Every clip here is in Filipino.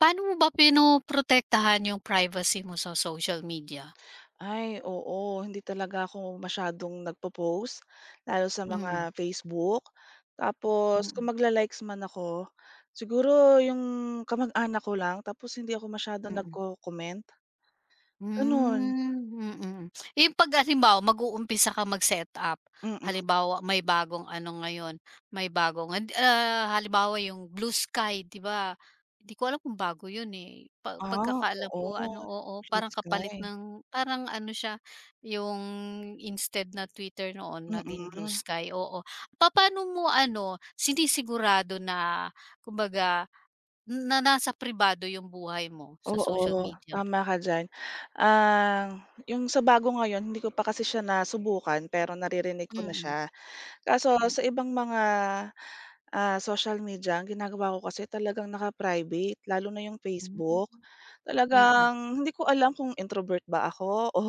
Paano mo ba pinoprotektahan yung privacy mo sa social media? Ay, oo. Hindi talaga ako masyadong nagpo-post, lalo sa Mm, mga Facebook. Tapos mm, kung magla-likes man ako, siguro yung kamag-anak ko lang tapos hindi ako masyadong mm. nagko-comment, gano'n. Hmm, mm. Yung 'pag halimbawa mag-uumpisa kang mag-setup, Mm. halimbawa may bagong ano ngayon, may bagong halimbawa yung Blue Sky, 'di ba? Hindi ko alam kung bago yun, eh, Ah, pagkakaalam ko oo. ano, oo, Blue parang kapalit sky. ng parang ano siya, yung instead na Twitter noon naging Blue Mm. Sky, oo. Papaano mo ano, sinisigurado na kumbaga na nasa pribado yung buhay mo sa social Oo, media? tama ka diyan. Ah, yung sa bago ngayon hindi ko pa kasi siya nasubukan pero naririnig ko na Mm, siya. Kaso mm. sa ibang mga ah, social media ang ginagawa ko kasi talagang naka-private lalo na yung Facebook. Hmm, mm, Talagang hindi ko alam kung introvert ba ako o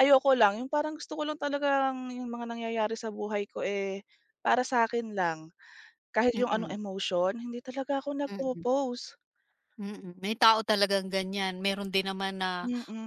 ayoko lang yung parang gusto ko lang talagang yung mga nangyayari sa buhay ko, eh, para sa akin lang. Kahit yung anong mm, emotion hindi talaga ako mm, mm. nagpo-post. May tao talagang ganyan. Meron din naman na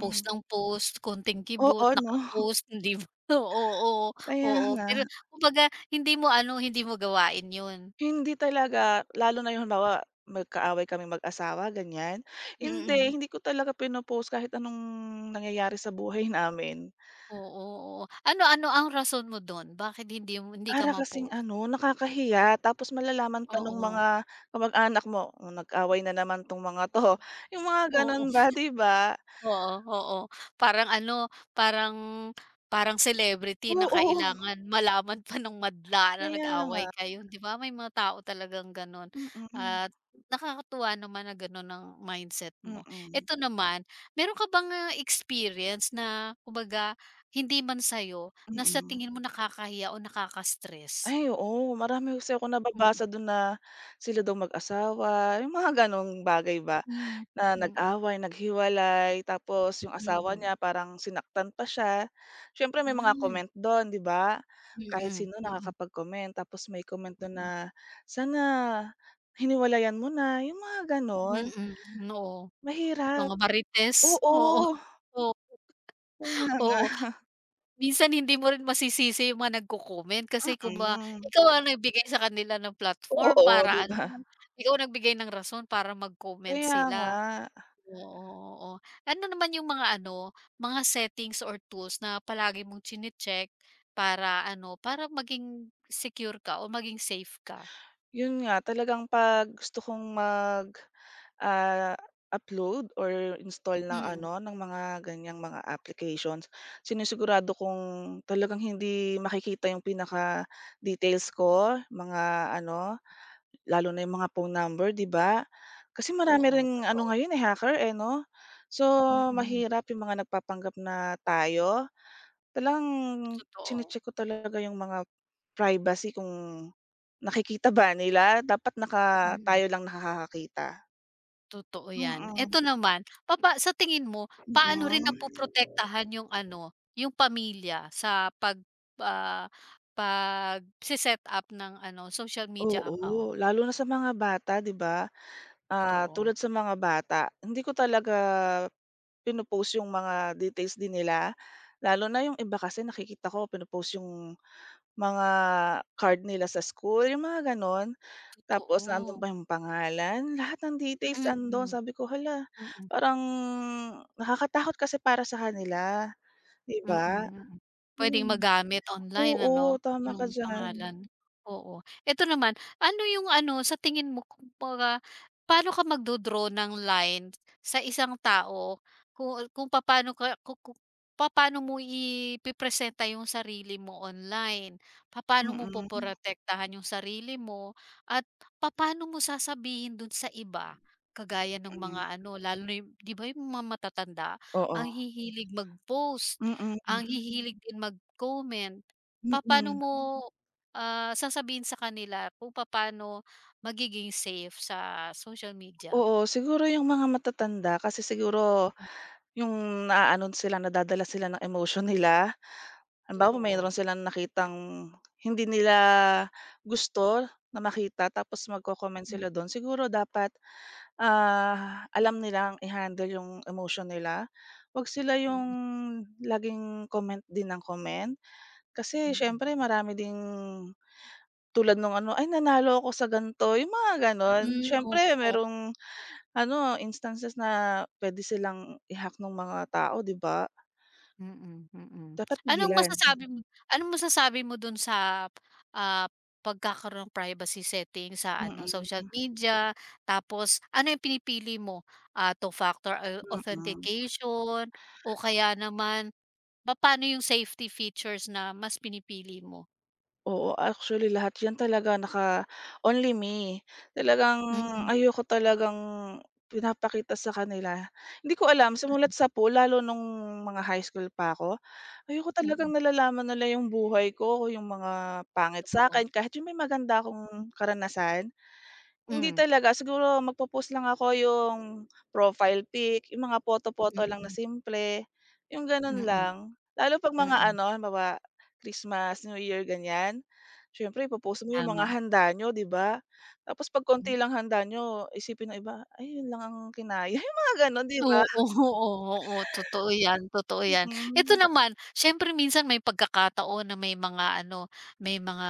post ng post, konting kibot, Oo 'no, naka-post, hindi mo, oo, kaya oo. nga. Pero kumbaga hindi mo ano, hindi mo gawain 'yun. Hindi talaga lalo na yung halimbawa magkaaway kami mag-asawa ganyan, hindi, Mm. hindi ko talaga pino kahit anong nangyayari sa buhay namin. Oo, oo. Ano ano ang rason mo dun? Bakit hindi ka Para kasing ma-post? ano, nakakahiya tapos malalaman pa nung Oo, mga kamag-anak mo, "Oh, nag-away na naman 'tong mga 'to." Yung mga gano'n oo. ba, 'di ba? Oo, oo. Parang ano, parang parang celebrity na Oo, kailangan malaman pa ng madla na kaya nag-away nga. kayo, 'di ba? May mga tao talagang gano'n, Mm, at nakakatuwa naman na gano'n ang mindset mo. mm, Eto naman, meron ka bang, ah, experience na kumbaga hindi man sa'yo, na sa mm. tingin mo nakakahiya o nakaka-stress? Ay, oo, marami kasi akong Mm, nababasa do'n na sila daw mag-asawa, yung mga gano'ng bagay ba. hmm, Na mm, nag-away, naghiwalay, tapos yung asawa mm. niya parang sinaktan pa siya. Siyempre may mga Ay, comment do'n, 'di ba? Kahit mm, sino mm, nakakapag-comment, tapos may comment do'n na, mm, "Sana hiniwalayan mo na." Yung mga gano'n, mm, mm, oo. mahirap. Mga marites, oo, Oo, oo, kaya nga, oo, minsan hindi mo rin masisisi yung mga nagko-comment kasi kumbaga mm. ikaw ang nagbigay sa kanila ng platform Oo, 'di para ba? ano, ikaw nagbigay ng rason para mag-comment Kaya nga. sila. Oo, oo. Ano naman yung mga ano, mga settings or tools na palagi mong chine-check para ano, para maging secure ka o maging safe ka? Yun nga, talagang 'pag gusto kong mag ah, upload or install ng Mm, ano, ng mga ganyang mga applications, sinisigurado kong talagang hindi makikita yung pinaka-details ko, mga ano, lalo na yung mga phone number, 'di ba? Kasi marami oo, ring ano totoo. ngayon, eh, hacker, eh, 'no? So, Mm, mahirap yung mga nagpapanggap na tayo. Talagang totoo. chinecheck ko talaga yung mga privacy kung nakikita ba nila, dapat naka Mm. tayo lang nakakakita. Totoo 'yan. Mm. Eto naman, papa sa tingin mo, paano rin Mm. napoprotektahan yung ano, yung pamilya sa pag, ah, pag, set up ng ano, social media account? Oo, lalo na sa mga bata 'di ba? Ah, Totoo. tulad sa mga bata, hindi ko talaga pino-post yung mga details din nila. Lalo na yung iba kasi nakikita ko pino-post yung mga card nila sa school, yung mga gano'n. Tapos nando'n Totoo. pa yung pangalan, lahat ng details Mm, ando'n. Sabi ko, "Hala, mm. parang nakakatakot kasi para sa kanila." 'Di Mm, ba? mm. Puwedeng Hmm, magamit online ano, oo, tama ka yung diyan. pangalan. Oo. Eto naman, ano yung ano, sa tingin mo kumbaga paano ka magdo-draw ng line sa isang tao kung papaano ka ku ku papaano mo ipepresenta yung sarili mo online? Papaano Mm, mo mm, poprotektahan yung sarili mo, at papaano mo sasabihin dun sa iba? Kagaya ng mm. mga ano, lalo na yung 'di ba yung mga matatanda Oo. ang hihilig mag-post. Mm, Ang hihilig din mag-comment, papaano mm. mo, Mm, ah, sasabihin sa kanila kung papaano magiging safe sa social media? Oo, siguro yung mga matatanda kasi siguro Hmm. yung naaano sila, nadadala sila ng emotion nila. Halimbawa, mayroon Totoo. silang nakitang hindi nila gusto na makita tapos magko-comment sila Mm. dun. Siguro dapat, ah, alam nilang i-handle yung emotion nila. 'Wag sila yung Mm, laging comment din ng comment. Kasi mm. siyempre marami ding tulad nung ano, "Ay nanalo ako sa ganito," yung mga gano'n. Hmm, Siyempre opo. merong ano, instances na puwede silang i-hack nung mga tao, 'di ba? Mm, mm. Dapat pigilan. Anong masasabi mo dun sa, ah, pagkakaroon ng privacy setting sa ano, Mm, social media? Tapos ano yung pinipili mo, ah, two-factor mm. authentication, o kaya naman papaano yung safety features na mas pinipili mo? Oo, actually lahat 'yan talaga naka only me. Talagang Mm, ayoko talagang pinapakita sa kanila. Hindi ko alam simula't sapu lalo nung mga high school pa ako, ayoko talagang mm, nalalaman nila yung buhay ko, yung mga pangit totoo. sa'kin kahit yung may maganda akong karanasan. Hindi Hmm, talaga. Siguro magpo-post lang ako yung profile pic, yung mga photo-photo lang na mm, simple, yung gano'n mm, lang. Lalo 'pag mga mm, ano, halimbawa Christmas, New Year, ganiyan, siyempre ipo-post mo yung mga tama. handa niyo, 'di ba? Tapos 'pag konti lang handa niyo, isipin ng iba, "Ay, yun lang ang kinaya." Yung mga gano'n, 'di ba? Oo, oo, oo, totoo yan, totoo yan. Ito Mm. naman, siyempre minsan may pagkakataon na may mga ano, may mga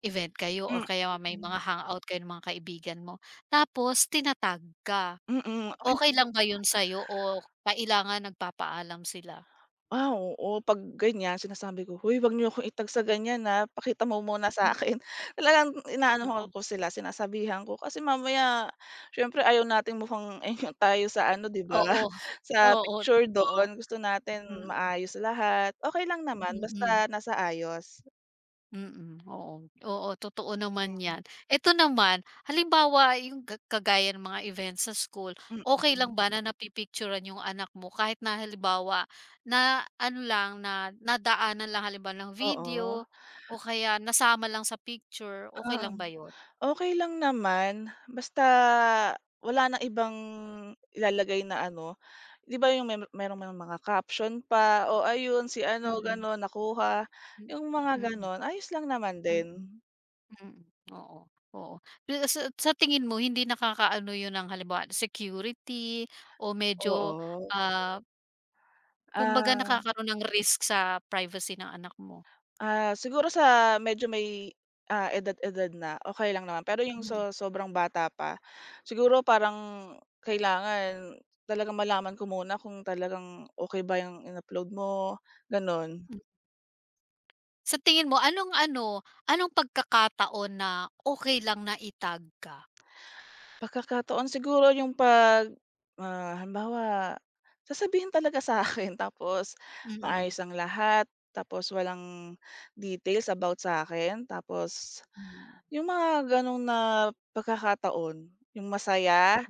event kayo or kaya may Mm. mga hangout kayo ng mga kaibigan mo, tapos tinatag ka. Mm. Okey lang ba yun sa'yo o kailangan nagpapaalam sila? Ah, oo 'pag ganyan sinasabi ko, "Hoy, wag niyo akong itag sa ganyan, na, pakita mo muna sa Mm, akin. Talagang inaanuhan oo, ko sila, sinasabihan ko kasi mamaya siyempre ayaw nating mukhang ayun tayo sa ano, 'di ba, oo, sa oo, picture totoo. do'n. Gusto natin Mm, maayos lahat. Okay lang naman mm, mm. basta nasa ayos. Mm, oo. Oo, totoo naman Hmm, 'yan. Eto naman, halimbawa yung ga kagaya ng mga events sa school, okay lang mm. ba na napipicture-an yung anak mo kahit na halimbawa na ano lang, na nadaanan lang halimbawa ng Oo, oo. video o kaya nasama lang sa picture, okay Ah, lang ba yun? okay lang naman, basta wala ng ibang ilalagay na ano, 'di ba yung may merong ngang mga caption pa, "O ayun si ano Mm-mm. gano'n nakuha," Mm, yung mga hmm, gano'n ayos lang naman mm, din. mm, mm, oo, oo. Pero sa tingin mo hindi nakakaano yun ng halimbawa security o medyo, Oo, ah, kumbaga ah, nakakaroon ng risk sa privacy ng anak mo. Siguro sa medyo may, ah, edad-edad na okay lang naman, pero yung Mm. Sobrang bata pa, siguro parang kailangan talagang malaman ko muna kung talagang okay ba yung in-upload mo, gano'n. Hmm. Sa tingin mo anong ano, anong pagkakataon na okey lang na i-tag ka? Pagkakataon siguro yung 'pag, ah, halimbawa, sasabihin talaga sa akin, tapos oo, Mm, maayos ang lahat, tapos walang details about sa akin, tapos mm, yung mga gano'n na pagkakataon, yung masaya,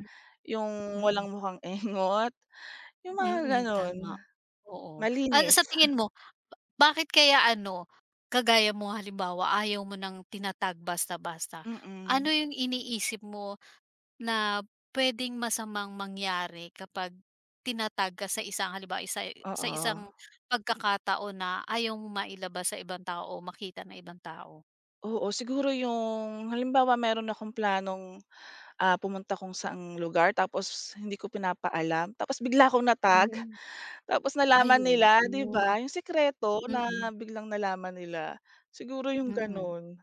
yung mm, mm, walang mukhang engot, yung mga mm, gano'n. tama. Oo, ah, Malinis, sa tingin mo bakit kaya ano, kagaya mo halimbawa ayaw mo ng tina-tag basta-basta. Ano mm, yung iniisip mo na puwedeng masamang mangyari kapag tinatag ka sa isang halimbawa isa sa oo. isang pagkakataon na ayaw mong mailabas sa ibang tao o makita ng ibang tao. Oo, siguro yung halimbawa meron akong planong ah, pumunta kung saang lugar tapos hindi ko pinapaalam, tapos bigla akong na-tag, Hmm. tapos Ay, nalaman nila, 'di oo. ba? Yung sikreto na Mm, biglang nalaman nila, siguro yung mm, gano'n,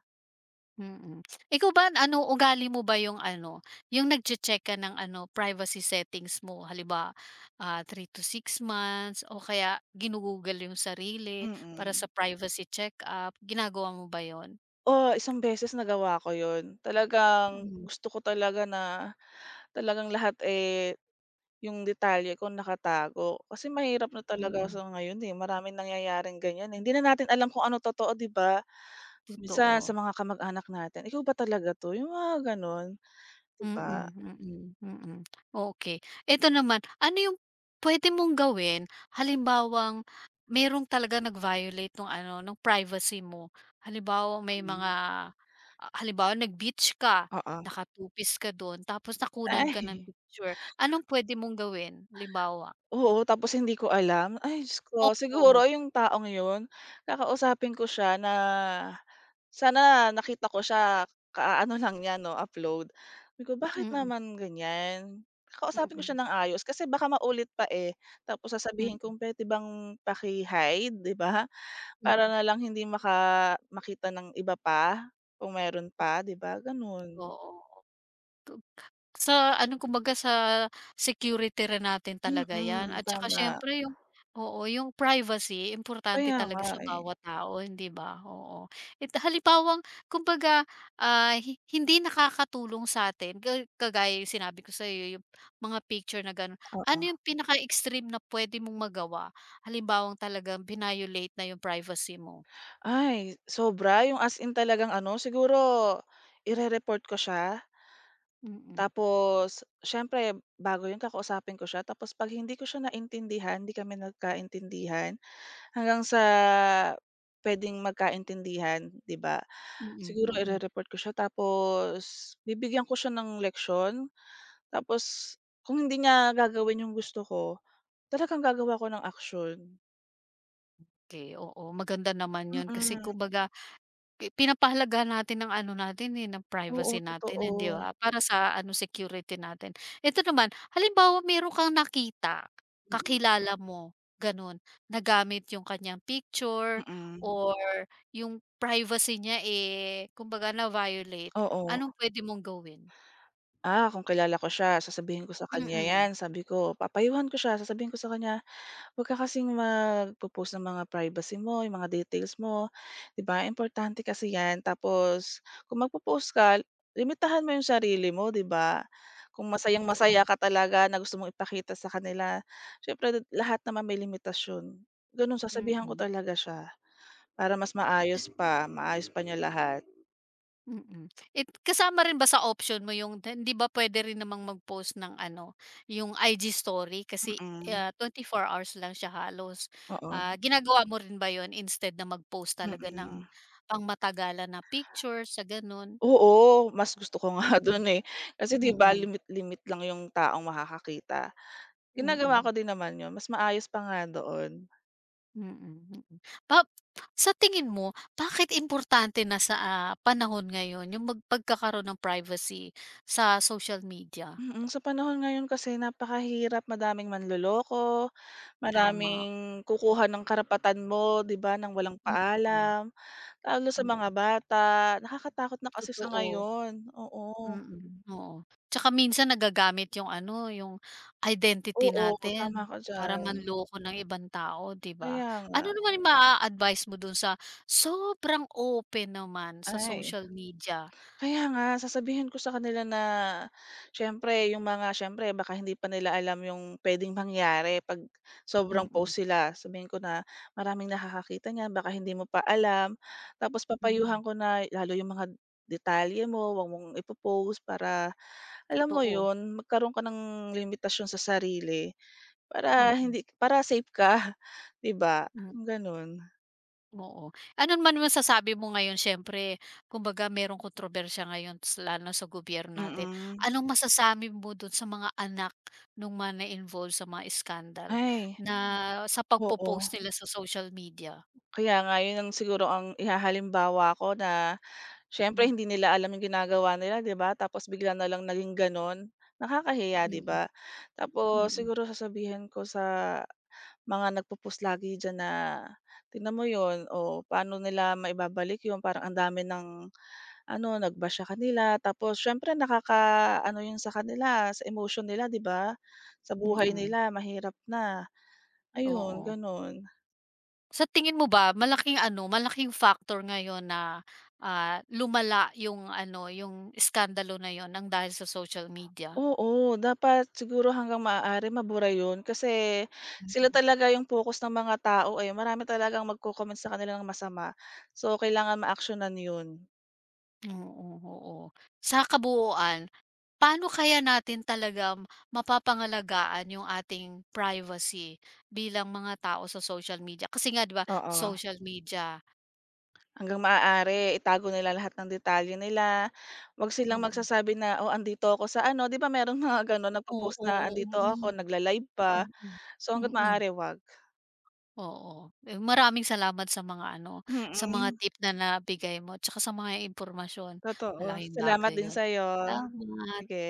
mm. Ikaw ba ano, ugali mo ba yung ano, yung nagche-check ka ng ano privacy settings mo halimbawa, ah, three to six months o kaya ginugugol yung sarili para sa mm. privacy check-up, ginagawa mo ba yon? Oo, isang beses nagawa ko 'yun. Talagang Mhm. gusto ko talaga na talagang lahat, eh, yung detalye ko nakatago. Kasi mahirap na talaga Mm. sa ngayon, eh, maraming nangyayaring ganiyan, eh. Hindi na natin alam kung ano totoo, 'di ba? Minsan sa Totoo. mga kamag-anak natin, "Ikaw ba talaga 'to?" Yung mga gano'n. 'Di ba? Mm, mm, mm. Okey. Eto naman, ano yung puwede mong gawin halimbawang merong talagang nag-violate nung ano, nung privacy mo? Halimbawa may mga, Mm, ah, halimbawa nag-beach ka, oo. nakatupis ka dun tapos nakunan ka ng Ay, picture. Anong puwede mong gawin halimbawa? oo, tapos hindi ko alam. Ay, Diyos ko. Oo. Siguro yung taong yun kakausapin ko siya na sana nakita ko siya ka-aano lang niya 'no, upload. Sabi ko, "Bakit Mm, naman ganyan?" Kakausapin ko mm, siya ng ayos kasi baka maulit pa, eh. Tapos sasabihin mm, kong, "Puwede bang paki-hide?" 'Di ba? Para mm. na lang hindi makita ng iba pa kung meron pa, 'di ba, gano'n. Oo. Sa ano kumbaga sa security rin natin talaga 'yan, at Mm, saka tama. siyempre yung, oo, yung privacy importante Kaya talaga nga, sa eh. bawat tao, hindi ba? Oo. It halimbawang kumbaga, ah, hi hindi nakakatulong sa'tin ka kagaya yung sinabi ko sa'yo yung mga picture na gano'n. Ano Oo. yung pinaka-extreme na puwede mong magawa? Halimbawang talagang vinolate na yung privacy mo. Ay, sobra yung as in talagang ano siguro irereport ko siya Mm, tapos siyempre bago yun kakausapin ko siya tapos 'pag hindi ko siya naintindihan, hindi kami nagkaintindihan hanggang sa puwedeng magkaintindihan, 'di ba? mm, Siguro mm. irereport ko siya tapos bibigyan ko siya ng leksyon tapos kung hindi niya gagawin yung gusto ko, talagang gagawa ko ng aksiyon. Okey, oo, maganda naman 'yun kasi Mm, kumbaga pi pinapahalagahan natin ang ano natin, eh, ng oo, privacy natin, eh, totoo. 'di ba? Para sa ano, security natin. Ito naman, halimbawa meron kang nakita, Mm, kakilala mo, gano'n, nagamit yung kanyang picture mm. or yung privacy niya, eh, kumbaga na-violate, Oo. anong puwede mong gawin? Ah, kung kilala ko siya sasabihin ko sa kanya Mm, 'yan, sabi ko papayuhan ko siya, sasabihin ko sa kanya, "Huwag ka kasing magpo-post ng mga privacy mo, yung mga details mo, 'di ba importante kasi 'yan. Tapos kung magpo-post ka, limitahan mo yung sarili mo, 'di ba? Kung totoo. masayang-masaya ka talaga na gusto mong ipakita sa kanila, syempre lahat naman may limitasyon." Gano'n, sasabihan ko Mm. talaga siya para mas maayos pa niya lahat. Mm. It kasama rin ba sa option mo yung hindi ba puwede rin namang mag-post ng ano, yung IG story kasi, Mm, ah, 24 hours lang siya halos. Ah, oo, ginagawa mo rin ba yun instead na mag-post talaga ng mm. pangmatagalan na pictures sa gano'n? Oo, mas gusto ko nga dun, eh. Kasi 'di ba Mm, limit-limit lang yung taong makakakita. Ginagawa mm, ko din naman yun, mas maayos pa nga doon. mm, mm. Pap sa tingin mo bakit importante na sa, ah, panahon ngayon yung mag pagkakaroon ng privacy sa social media? Mm, sa panahon ngayon kasi napakahirap, madaming manloloko, Tama, maraming kukuha ng karapatan mo, 'di ba, nang walang mm, paalam, lalo sa mm, mga bata. Nakakatakot na kasi sa totoo. ngayon, oo. Mm, oo. Tsaka minsan nagagamit yung ano, yung identity Oo, tama natin ka para diyan. manloko ng ibang tao, 'di ba? Kaya nga, Ano naman yung maa-advice mo dun sa sobrang open naman sa ay. social media? Kaya nga, sasabihin ko sa kanila na siyempre yung mga siyempre baka hindi pa nila alam yung puwedeng mangyari 'pag mm, sobrang Mm, post sila. Sabihin ko na, "Maraming nakakakita niyan baka hindi mo pa alam." Tapos mm, mm, papayuhan ko na lalo yung mga detalye mo, 'wag mong ipopost para alam mo totoo. yun, magkaroon ka ng limitasyon sa sarili para Mm, hindi para safe ka, 'di ba? mm. Gano'n. Oo. Ano man masasabi mo ngayon siyempre kumbaga merong kontrobersiya ngayon s lalo sa gobyerno natin. Mm. Anong masasabi mo dun sa mga anak nung mga na-involve sa mga iskandal Ay, na, Mm, sa oo. pagpo-post nila sa social media? Kaya nga yun ang siguro ang ihahalimbawa ko na siyempre Hmm, hindi nila alam yung ginagawa nila, 'di ba? Tapos bigla na lang naging gano'n, nakakahiya, 'di mm, ba? Tapos mm, siguro sasabihin ko sa mga nagpo-post lagi diyan na, "Tignan mo yun, oh, paano nila maibabalik yun, parang ang dami ng ano, nagbasya kanila." Tapos syempre nakaka ano yun sa kanila, sa emotion nila, 'di ba? Sa mm, buhay mm, nila mahirap na, ayun oo. gano'n. Sa tingin mo ba malaking ano, malaking factor ngayon na, ah, lumala yung ano, yung iskandalo na yun ng dahil sa social media? Oo, dapat siguro hanggang maaari mabura yun kasi Hmm. sila talaga yung focus ng mga tao, eh, marami talagang magko-comment sa kanila ng masama. So, kailangan maaksiyunan yun, Oo, oo, oo. Sa kabuuan, paano kaya natin talaga mapapangalagaan yung ating privacy bilang mga tao sa social media? Kasi nga 'di ba, oo. social media, Hanggang maaari itago nila lahat ng detalye nila, 'wag silang mm. magsasabi na, "Oh, andito ako sa ano." 'Di ba merong mga gano'n nagpo-post na, Oo, "Andito mm, ako," nagla-live mm, pa. So, mm, hangga't mm, maaari 'wag. oo. Eh, maraming salamat sa mga ano, sa mga Mm, tip na nabigay mo 'tsaka sa mga impormasyon. totoo. Malaking Salamat bagay din yun. sa'yo, Salamat. sige.